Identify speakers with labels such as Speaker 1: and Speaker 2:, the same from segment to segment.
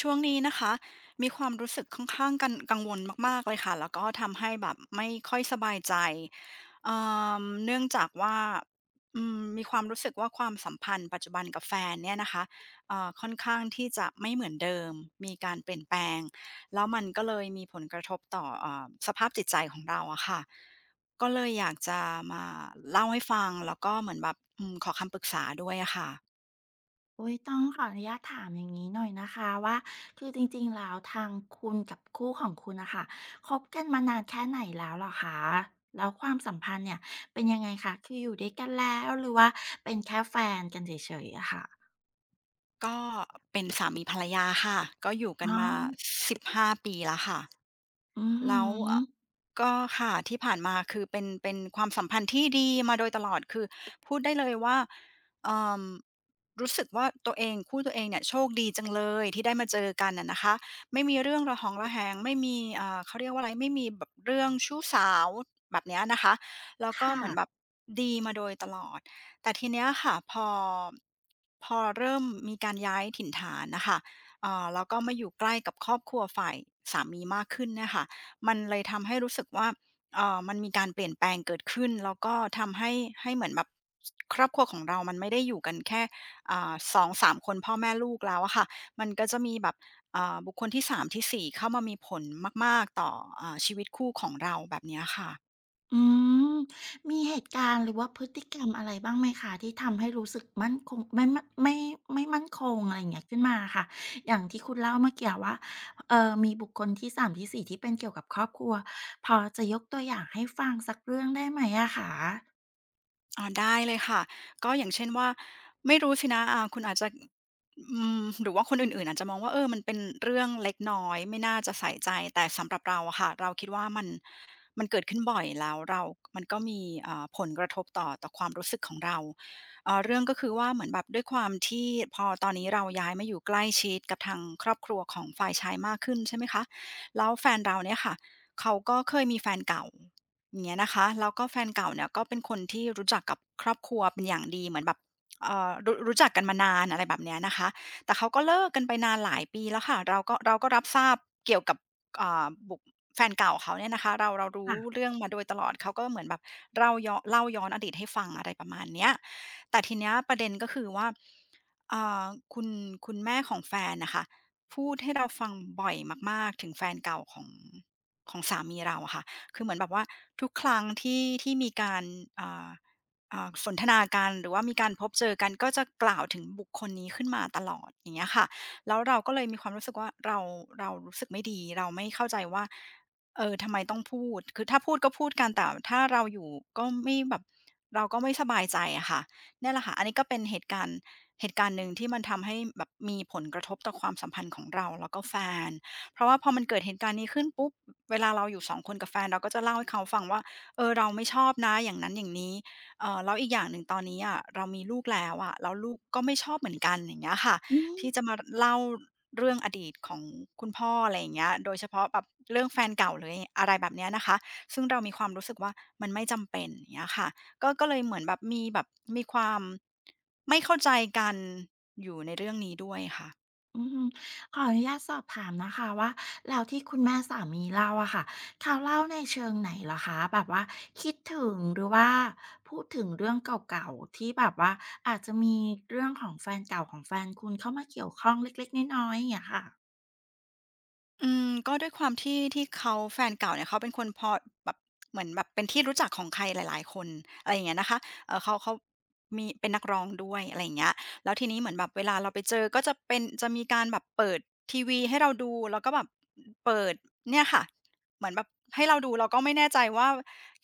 Speaker 1: ช่วงนี้นะคะมีความรู้สึกค่อนข้างกังวลมากๆเลยค่ะแล้วก็ทำให้แบบไม่ค่อยสบายใจเอ่มเนื่องจากว่ามีความรู้สึกว่าความสัมพันธ์ปัจจุบันกับแฟนเนี่ยนะคะค่อนข้างที่จะไม่เหมือนเดิมมีการเปลี่ยนแปลงแล้วมันก็เลยมีผลกระทบต่อสภาพจิตใจของเราอะค่ะก็เลยอยากจะมาเล่าให้ฟังแล้วก็เหมือนแบบขอคำปรึกษาด้วยอะค่ะ
Speaker 2: โอ้ยต้องขออนุญาตถามอย่างนี้หน่อยนะคะว่าคือจริงๆแล้วทางคุณกับคู่ของคุณนะคะคบกันมานานแค่ไหนแล้วเหรอคะแล้วความสัมพันธ์เนี่ยเป็นยังไงคะคืออยู่ด้วยกันแล้วหรือว่าเป็นแค่แฟนกันเฉยๆอะค่ะ
Speaker 1: ก็เป็นสามีภรรยาค่ะก็อยู่กั
Speaker 2: อ๋
Speaker 1: นมา
Speaker 2: อ
Speaker 1: 15ปีแล้วค่ะ
Speaker 2: อื
Speaker 1: แล้ว
Speaker 2: ม
Speaker 1: ก็ค่ะที่ผ่านมาคือเป็นความสัมพันธ์ที่ดีมาโดยตลอดคือพูดได้เลยว่าเอ่อรู้สึกว่าตัวเองคู่ตัวเองเนี่ยโชคดีจังเลยที่ได้มาเจอกันอะนะคะไม่มีเรื่องระหองระแหงไม่มีเขาเรียกว่าอะไรไม่มีแบบเรื่องชู้สาวแบบเนี้ยนะคะแล้ว
Speaker 2: ค
Speaker 1: ก็เหมือนแบบ
Speaker 2: ่ะ
Speaker 1: ดีมาโดยตลอดแต่ทีเนี้ยค่ะพอเริ่มมีการย้ายถิ่นฐานน่ะค่ะแล้วก็มาอยู่ใกล้กับครอบครัวฝ่ายสามีมากขึ้นเนี่ยค่ะ มันเลยทำให้รู้สึกว่ามันมีการเปลี่ยนแปลงเกิดขึ้น แล้วก็ทำให้เหมือนแบบครอบครัวของเรา มันไม่ได้อยู่กันแค่2-3คนพ่อแม่ลูกแล้วอะค่ะมันก็จะมีแบบบุคคลที่3ที่4เข้ามามีผลมากๆ ต่อชีวิตคู่ของเราแบบเนี้ยค่ะ
Speaker 2: อืมมีเหตุการณ์หรือว่าพฤติกรรมอะไรบ้างไหมคะที่ทำให้รู้สึกมั่นคงไม่ไม่มั่นคงอะไรอย่างเงี้ยขึ้นมาอะค่ะอย่างที่คุณเล่าเมื่อกี้ว่ามีบุคคลที่3ที่4ที่เป็นเกี่ยวกับครอบครัวพอจะยกตัวอย่างให้ฟังสักเรื่องได้ไหมอะคะ
Speaker 1: อ๋อได้เลยค่ะก็อย่างเช่นว่าไม่รู้สินะคุณอาจจะหรือว่าคนอื่นๆอาจจะมองว่ามันเป็นเรื่องเล็กน้อยไม่น่าจะใส่ใจแต่สำหรับเราอะค่ะเราคิดว่ามันเกิดขึ้นบ่อยแล้วเรามันก็มีผลกระทบต่อความรู้สึกของเราเรื่องก็คือว่าเหมือนแบบด้วยความที่พอตอนนี้เราย้ายมาอยู่ใกล้ชิดกับทางครอบครัวของฝ่ายชายมากขึ้นใช่ไหมคะแล้วแฟนเราเนี่ยค่ะเขาก็เคยมีแฟนเก่า อย่างเงี้ยนะคะแล้วก็แฟนเก่าเนี่ยก็เป็นคนที่รู้จักกับครอบครัวเป็นอย่างดีเหมือนแบบรู้จักกันมานานอะไรแบบเนี้ยนะคะแต่เขาก็เลิกกันไปนานหลายปีแล้วค่ะเราก็รับทราบเกี่ยวกับอ่าบุกแฟนเก่าเขาเนี่ยนะคะเรารู้
Speaker 2: ค่ะ
Speaker 1: เรื่องมาโดยตลอดเขาก็เหมือนแบบเล่าย้อนอดีตให้ฟังอะไรประมาณเนี้ยแต่ทีเนี้ยประเด็นก็คือว่าอ่าคุณคุณแม่ของแฟนน่ะค่ะพูดให้เราฟังบ่อยมากๆถึงแฟนเก่าของสามีเราอะค่ะ คือเหมือนแบบว่าทุกครั้งที่มีการอ่าสนทนากันหรือว่ามีการพบเจอกันก็จะกล่าวถึงบุคคลนี้ขึ้นมาตลอดอย่างเงี้ยค่ะแล้วเราก็เลยมีความรู้สึกว่าเรารู้สึกไม่ดีเราไม่เข้าใจว่าทำไมต้องพูดคือถ้าพูดก็พูดกันแต่ถ้าเราอยู่ก็ไม่แบบเราก็ไม่สบายใจอะค่ะนี่นแหละค่ะอันนี้ก็เป็นเหตุการณ์หนึ่งที่มันทำให้แบบมีผลกระทบต่อความสัมพันธ์ของเราแล้วก็แฟน เพราะว่าพอมันเกิดเหตุการณ์นี้ขึ้นปุ๊บเวลาเราอยู่สองคนกับแฟนเราก็จะเล่าให้เขาฟังว่าเราไม่ชอบนะอย่างนั้นอย่างนี้แล้วอีกอย่างหนึ่งตอนนี้อะเรามีลูกแล้วอะแล้วลูกก็ไม่ชอบเหมือนกันอย่างเงี้ยค่ะ
Speaker 2: อืม
Speaker 1: ที่จะมารเล่าเรื่องอดีตของคุณพ่ออะไรอย่างเงี้ยโดยเฉพาะแบบเรื่องแฟนเก่าหรือยอะไรแบบเนี้ยนะคะซึ่งเรามีความรู้สึกว่ามันไม่จำเป็นอย่างเงี้ยค่ะก็เลยเหมือนแบบมีแบบมีความไม่เข้าใจกันอยู่ในเรื่องนี้ด้วยค่ะ
Speaker 2: อืมขออนุญาตสอบถามนะคะว่าแล้วที่คุณแม่สามีเล่าอะค่ะเขาเล่าในเชิงไหนเหรอคะแบบว่าคิดถึงหรือว่าพูดถึงเรื่องเก่าๆที่แบบว่าอาจจะมีเรื่องของแฟนเก่าของแฟนคุณเข้ามาเกี่ยวข้องเล็กๆน้อยๆอย่างเงี้ยค่ะ
Speaker 1: ก็ด้วยความที่เขาแฟนเก่าเนี่ยเขาเป็นคนพอแบบเหมือนแบบเป็นที่รู้จักของใครหลายๆคนอะไรอย่างเงี้ยนะคะเขามีเป็นนักร้องด้วยอะไรอย่างเงี้ยแล้วทีนี้เหมือนแบบเวลาเราไปเจอก็จะเป็นจะมีการแบบเปิดทีวีให้เราดูแล้วก็แบบเปิดเนี่ยค่ะเหมือนแบบให้เราดูเราก็ไม่แน่ใจว่า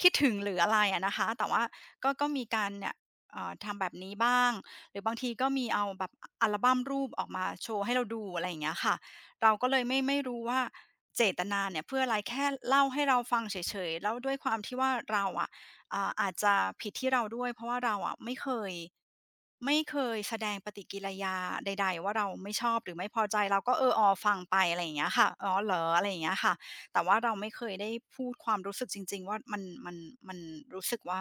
Speaker 1: คิดถึงหรืออะไรอะนะคะแต่ว่าก็มีการเนี่ยทำแบบนี้บ้างหรือบางทีก็มีเอาแบบออัลบัมรูปออกมาโชว์ให้เราดูอะไรอย่างเงี้ยค่ะ เราก็เลยไม่รู้ว่าเจตนาเนี่ยเพื่ออะไรแค่เล่าให้เราฟังเฉยๆแล้วด้วยความที่ว่าเราอะอาจจะผิดที่เราด้วยเพราะว่าเราอะไม่เคยแสดงปฏิกิริยาใดๆว่าเราไม่ชอบหรือไม่พอใจเราก็เออออฟังไปอะไรอย่างเงี้ยค่ะอ๋อเหรออะไรอย่างเงี้ยค่ะแต่ว่าเราไม่เคยได้พูดความรู้สึกจริงๆว่ามันรู้สึกว่า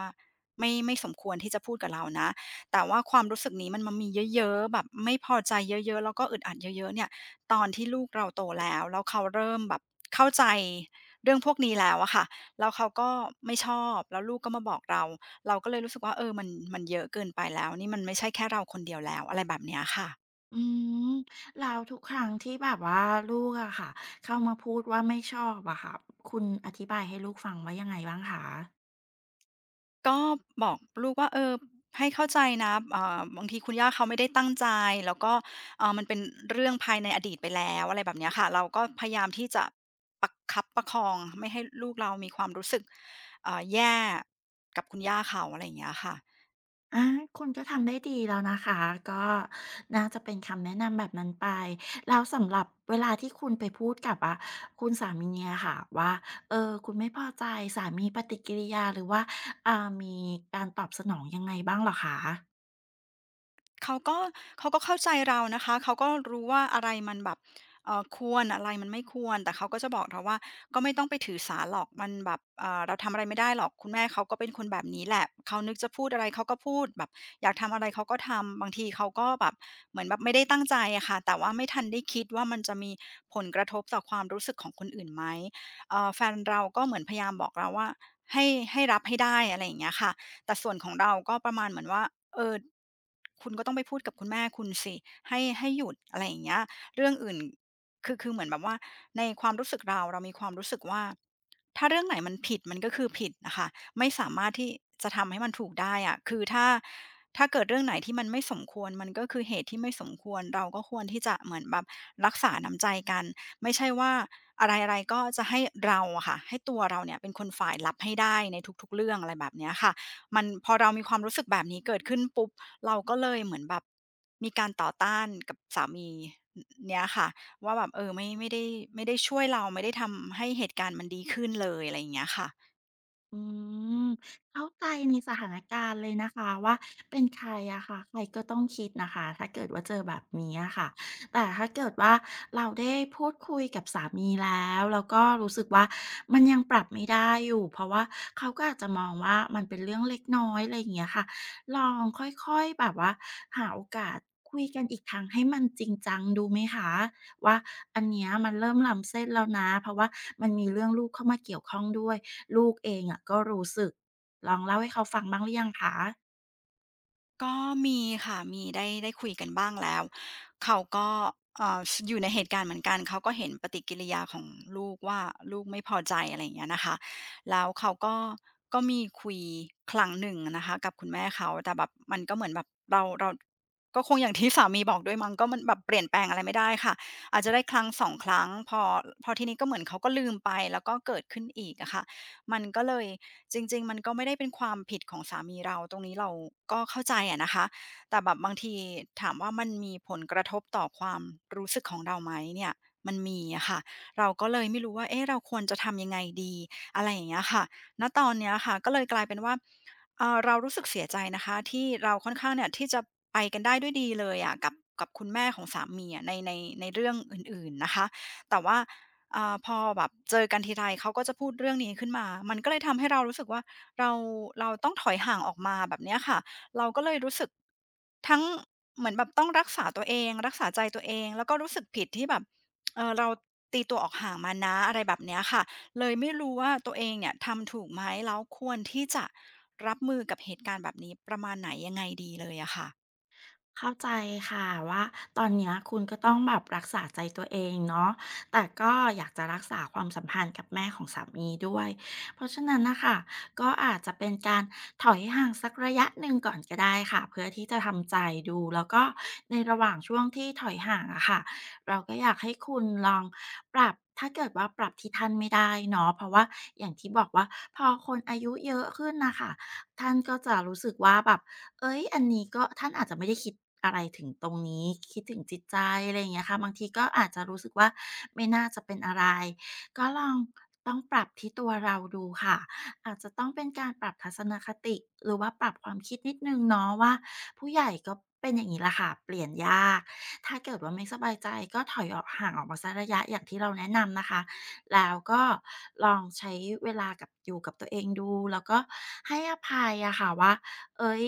Speaker 1: ไม่สมควรที่จะพูดกับเรานะแต่ว่าความรู้สึกนี้มันมีเยอะๆแบบไม่พอใจเยอะๆแล้วก็อึดอัดเยอะๆเนี่ย ตอนที่ลูกเราโตแล้วเขาเริ่มแบบเข้าใจเรื่องพวกนี้แล้วอะค่ะแล้วเขาก็ไม่ชอบแล้วลูกก็มาบอกเราเราก็เลยรู้สึกว่าเออมันเยอะเกินไปแล้วนี่มันไม่ใช่แค่เราคนเดียวแล้วอะไรแบบเนี้ยค่ะ
Speaker 2: อืมแล้วทุกครั้งที่แบบว่าลูกอะค่ะเข้ามาพูดว่าไม่ชอบอะค่ะคุณอธิบายให้ลูกฟังว่ายังไงบ้างคะ
Speaker 1: ก็บอกลูกว่าเออให้เข้าใจนะบางทีคุณย่าเขาไม่ได้ตั้งใจแล้วก็มันเป็นเรื่องภายในอดีตไปแล้วอะไรแบบเนี้ยค่ะเราก็พยายามที่จะประคับประคองไม่ให้ลูกเรามีความรู้สึกแย่กับคุณย่าเขาอะไรอย่างเงี้ยค่ะ
Speaker 2: อาคุณก็ทำได้ดีแล้วนะคะ ก็น่าจะเป็นคำแนะนำแบบนั้นไปแล้วสำหรับเวลาที่คุณไปพูดกับอะคุณสามีเน่ยค่ะว่าเออคุณไม่พอใจสามีปฏิกิริยาหรือว่ามีการตอบสนองยังไงบ้างเหรอคะ
Speaker 1: เขาก็เขาก็เข้าใจเรานะคะเขาก็รู้ว่าอะไรมันแบบควรอะไรมันไม่ควรแต่เขาก็จะบอกเราว่าก็ไม่ต้องไปถือสาหรอกมันแบบเราทำอะไรไม่ได้หรอกคุณแม่เขาก็เป็นคนแบบนี้แหละเขานึกจะพูดอะไรเขาก็พูดแบบอยากทำอะไรเขาก็ทำบางทีเขาก็แบบเหมือนแบบไม่ได้ตั้งใจอะค่ะแต่ว่าไม่ทันได้คิดว่ามันจะมีผลกระทบต่อความรู้สึกของคนอื่นไหมแฟนเราก็เหมือนพยายามบอกเราว่าให้ให้รับให้ได้อะไรอย่างเงี้ยค่ะ แต่ส่วนของเราก็ประมาณเหมือนว่าเออคุณก็ต้องไปพูดกับคุณแม่คุณสิให้หยุดอะไรอย่างเงี้ยเรื่องอื่นคือเหมือนแบบว่าในความรู้สึกเรามีความรู้สึกว่าถ้าเรื่องไหนมันผิดมันก็คือผิดอะค่ะไม่สามารถที่จะทำให้มันถูกได้อะคือถ้าเกิดเรื่องไหนที่มันไม่สมควรมันก็คือเหตุที่ไม่สมควรเราก็ควรที่จะเหมือนแบบรักษาน้ำใจกันไม่ใช่ว่าอะไรๆก็จะให้เราอะค่ะให้ตัวเราเนี่ยเป็นคนฝ่ายรับให้ได้ในทุกๆเรื่องอะไรแบบเนี้ยค่ะ มันพอเรามีความรู้สึกแบบนี้เกิดขึ้นปุ๊บเราก็เลยเหมือนแบบมีการต่อต้านกับสามีเนี่ยค่ะว่าแบบเออไม่ได้ช่วยเราไม่ได้ทำให้เหตุการณ์มันดีขึ้นเลยอะไรอย่างเงี้ยค่ะ
Speaker 2: อืมเข้าใจในสถานการณ์เลยนะคะว่าเป็นใครอะค่ะใครก็ต้องคิดนะคะถ้าเกิดว่าเจอแบบนี้อะค่ะแต่ถ้าเกิดว่าเราได้พูดคุยกับสามีแล้วแล้วก็รู้สึกว่ามันยังปรับไม่ได้อยู่เพราะว่าเขาก็อาจจะมองว่ามันเป็นเรื่องเล็กน้อยอะไรอย่างเงี้ยค่ะลองค่อยๆแบบว่าหาโอกาสคุยกันอีกครั้งให้มันจริงจังดูไหมคะ ว่าอันเนี้ยมันเริ่มล้ำเส้นแล้วนะเพราะว่ามันมีเรื่องลูกเข้ามาเกี่ยวข้องด้วยลูกเองอะก็รู้สึกลองเล่าให้เขาฟังบ้างหรือยังคะ
Speaker 1: ก็มีค่ะมีได้คุยกันบ้างแล้วเขาก็สอยู่ในเหตุการณ์เหมือนกันเขาก็เห็นปฏิกิริยาของลูกว่าลูกไม่พอใจอะไรอย่างเงี้ยนะคะแล้วเขาก็ก็มีคุยครั้งหนึ่งอะนะคะกับคุณแม่เขาแต่แบบมันก็เหมือนแบบเราก็คงอย่างที่สามีบอกด้วยมั้งก็มันแบบเปลี่ยนแปลงอะไรไม่ได้ค่ะอาจจะได้ครั้ง2ครั้งพอทีนี้ก็เหมือนเขาก็ลืมไปแล้วก็เกิดขึ้นอีกอะค่ะมันก็เลย จริงๆมันก็ไม่ได้เป็นความผิดของสามีเราตรงนี้เราก็เข้าใจอะนะคะแต่แบบบางทีถามว่ามันมีผลกระทบต่อความรู้สึกของเราไหมเนี่ยมันมีอะค่ะเราก็เลยไม่รู้ว่าเอ๊ะเราควรจะทำยังไงดีอะไรอย่างเงี้ยค่ะณตอนเนี้ยค่ะก็เลยกลายเป็นว่าเรารู้สึกเสียใจนะคะที่เราค่อนข้างเนี่ยที่จะไปกันได้ด้วยดีเลยอะกับคุณแม่ของสามีอะในเรื่องอื่นๆนะคะแต่ว่า พอแบบเจอกันทีไรเขาก็จะพูดเรื่องนี้ขึ้นมา มันก็เลยทำให้เรารู้สึกว่าเราเราต้องถอยห่างออกมาแบบเนี้ยค่ะ เราก็เลยรู้สึกทั้งเหมือนแบบต้องรักษาตัวเองรักษาใจตัวเองแล้วก็รู้สึกผิดที่แบบเราตีตัวออกห่างมานะอะไรแบบเนี้ยค่ะเลยไม่รู้ว่าตัวเองเนี่ยทำถูกไหมแล้วควรที่จะรับมือกับเหตุการณ์แบบนี้ประมาณไหนยังไงดีเลยอะค่ะ
Speaker 2: เข้าใจค่ะว่าตอนเนี้ยคุณก็ต้องแบบรักษาใจตัวเองเนาะแต่ก็อยากจะรักษาความสัมพันธ์กับแม่ของสามีด้วยเพราะฉะนั้นนะคะก็อาจจะเป็นการถอยห่างสักระยะหนึ่งก่อนก็ได้ค่ะเพื่อที่จะทำใจดูแล้วก็ในระหว่างช่วงที่ถอยห่างอะค่ะเราก็อยากให้คุณลองปรับถ้าเกิดว่าปรับที่ท่านไม่ได้เนาะเพราะว่าอย่างที่บอกว่าพอคนอายุเยอะขึ้นนะคะท่านก็จะรู้สึกว่าแบบ เอ๊ยอันนี้ก็ท่านอาจจะไม่ได้คิดอะไรถึงตรงนี้คิดถึงจิตใจอะไรอย่างเงี้ยค่ะบางทีก็อาจจะรู้สึกว่าไม่น่าจะเป็นอะไรก็ลองต้องปรับที่ตัวเราดูค่ะอาจจะต้องเป็นการปรับทัศนคติหรือว่าปรับความคิดนิดหนึ่งเนาะว่าผู้ใหญ่ก็เป็นอย่างงี้แหละค่ะเปลี่ยนยากถ้าเกิดว่าไม่สบายใจก็ถอยออกห่างออกมาสักระยะอย่างที่เราแนะนำนะคะแล้วก็ลองใช้เวลากับอยู่กับตัวเองดูแล้วก็ให้อภัยอะค่ะว่าเอ๊ย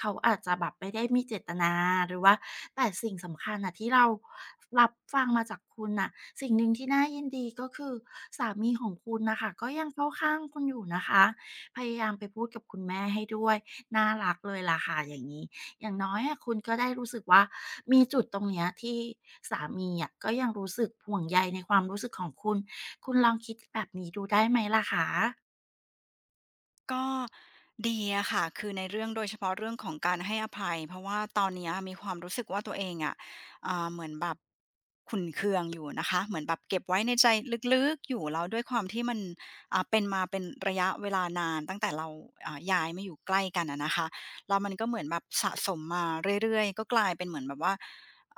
Speaker 2: เขาอาจจะแบบไม่ได้มีเจตนาหรือว่าแต่สิ่งสำคัญน่ะที่เรารับฟังมาจากคุณน่ะสิ่งหนึ่งที่น่ายินดีก็คือสามีของคุณน่ะค่ะก็ยังเข้าข้างคุณอยู่นะคะพยายามไปพูดกับคุณแม่ให้ด้วยน่ารักเลยล่ะค่ะอย่างงี้อย่างน้อยอะคุณก็ได้รู้สึกว่ามีจุดตรงเนี้ยที่สามีอะก็ยังรู้สึกห่วงใยในความรู้สึกของคุณคุณลองคิดแบบนี้ดูได้ไหมล่ะคะ
Speaker 1: ก็ดีอะค่ะคือในเรื่องโดยเฉพาะเรื่องของการให้อภัยเพราะว่าตอนเนี้ยมีความรู้สึกว่าตัวเองอะเหมือนแบบขุ่นเคืองอยู่นะคะเหมือนแบบเก็บไว้ในใจลึกๆอยู่แล้วด้วยความที่มันเป็นมาเป็นระยะเวลานานตั้งแต่เราย้ายมาอยู่ใกล้กันอะนะคะแล้วมันก็เหมือนแบบสะสมมาเรื่อยๆก็กลายเป็นเหมือนแบบว่า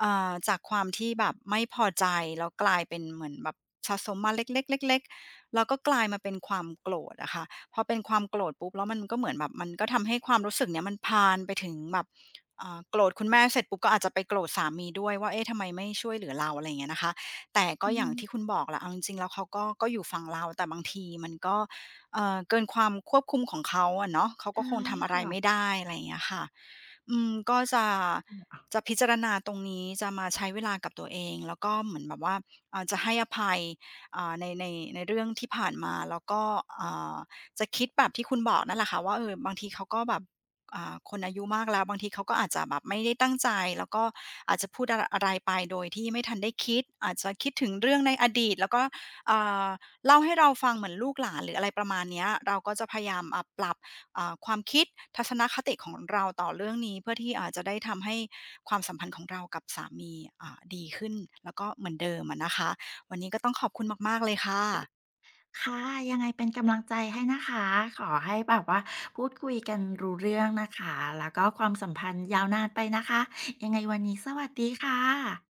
Speaker 1: จากความที่แบบไม่พอใจแล้วกลายเป็นเหมือนแบบสะสมมาเล็กๆๆๆแล้วก็กลายมาเป็นความโกรธอะค่ะ พอเป็นความโกรธปุ๊บแล้วมันก็เหมือนแบบมันก็ทำให้ความรู้สึกเนี้ยมันพาลไปถึงแบบโกรธคุณแม่เสร็จปุ๊บก็อาจจะไปโกรธสามีด้วยว่าเอ๊ะทำไมไม่ช่วยเหลือเราอะไรอย่างเงี้ยนะคะแต่ก็
Speaker 2: อื
Speaker 1: อย่าง
Speaker 2: ม
Speaker 1: ที่คุณบอกแหละเอาจริงๆแล้วเขาก็อยู่ฝั่งเราแต่บางทีมันก็เกินความควบคุมของเขาอะเนาะเขาก็
Speaker 2: ได้
Speaker 1: คงทำอะไรไม่
Speaker 2: ค่ะ
Speaker 1: ได้อะไรอย่างเงี้ยค่ะอืมก็จะพิจารณาตรงนี้จะมาใช้เวลากับตัวเองแล้วก็เหมือนแบบว่าจะให้อภัยในในเรื่องที่ผ่านมาแล้วก็อ่า จะคิดแบบที่คุณบอกนั่นแหละค่ะว่าเออบางทีเขาก็แบบคนอายุมากแล้วบางทีเขาก็อาจจะแบบไม่ได้ตั้งใจแล้วก็อาจจะพูดอะไรอะไรไปโดยที่ไม่ทันได้คิดอาจจะคิดถึงเรื่องในอดีตแล้วก็อ่าเล่าให้เราฟังเหมือนลูกหลานหรืออะไรประมาณเนี้ยเราก็จะพยายามปรับความคิดทัศนคติของเราต่อเรื่องนี้เพื่อที่อาจจะได้ทำให้ความสัมพันธ์ของเรากับสามีดีขึ้นแล้วก็เหมือนเดิมอะนะคะวันนี้ก็ต้องขอบคุณมากๆเลยค่ะ
Speaker 2: ค่ะยังไงเป็นกำลังใจให้นะคะขอให้แบบว่าพูดคุยกันรู้เรื่องนะคะแล้วก็ความสัมพันธ์ยาวนานไปนะคะยังไงวันนี้สวัสดีค่ะ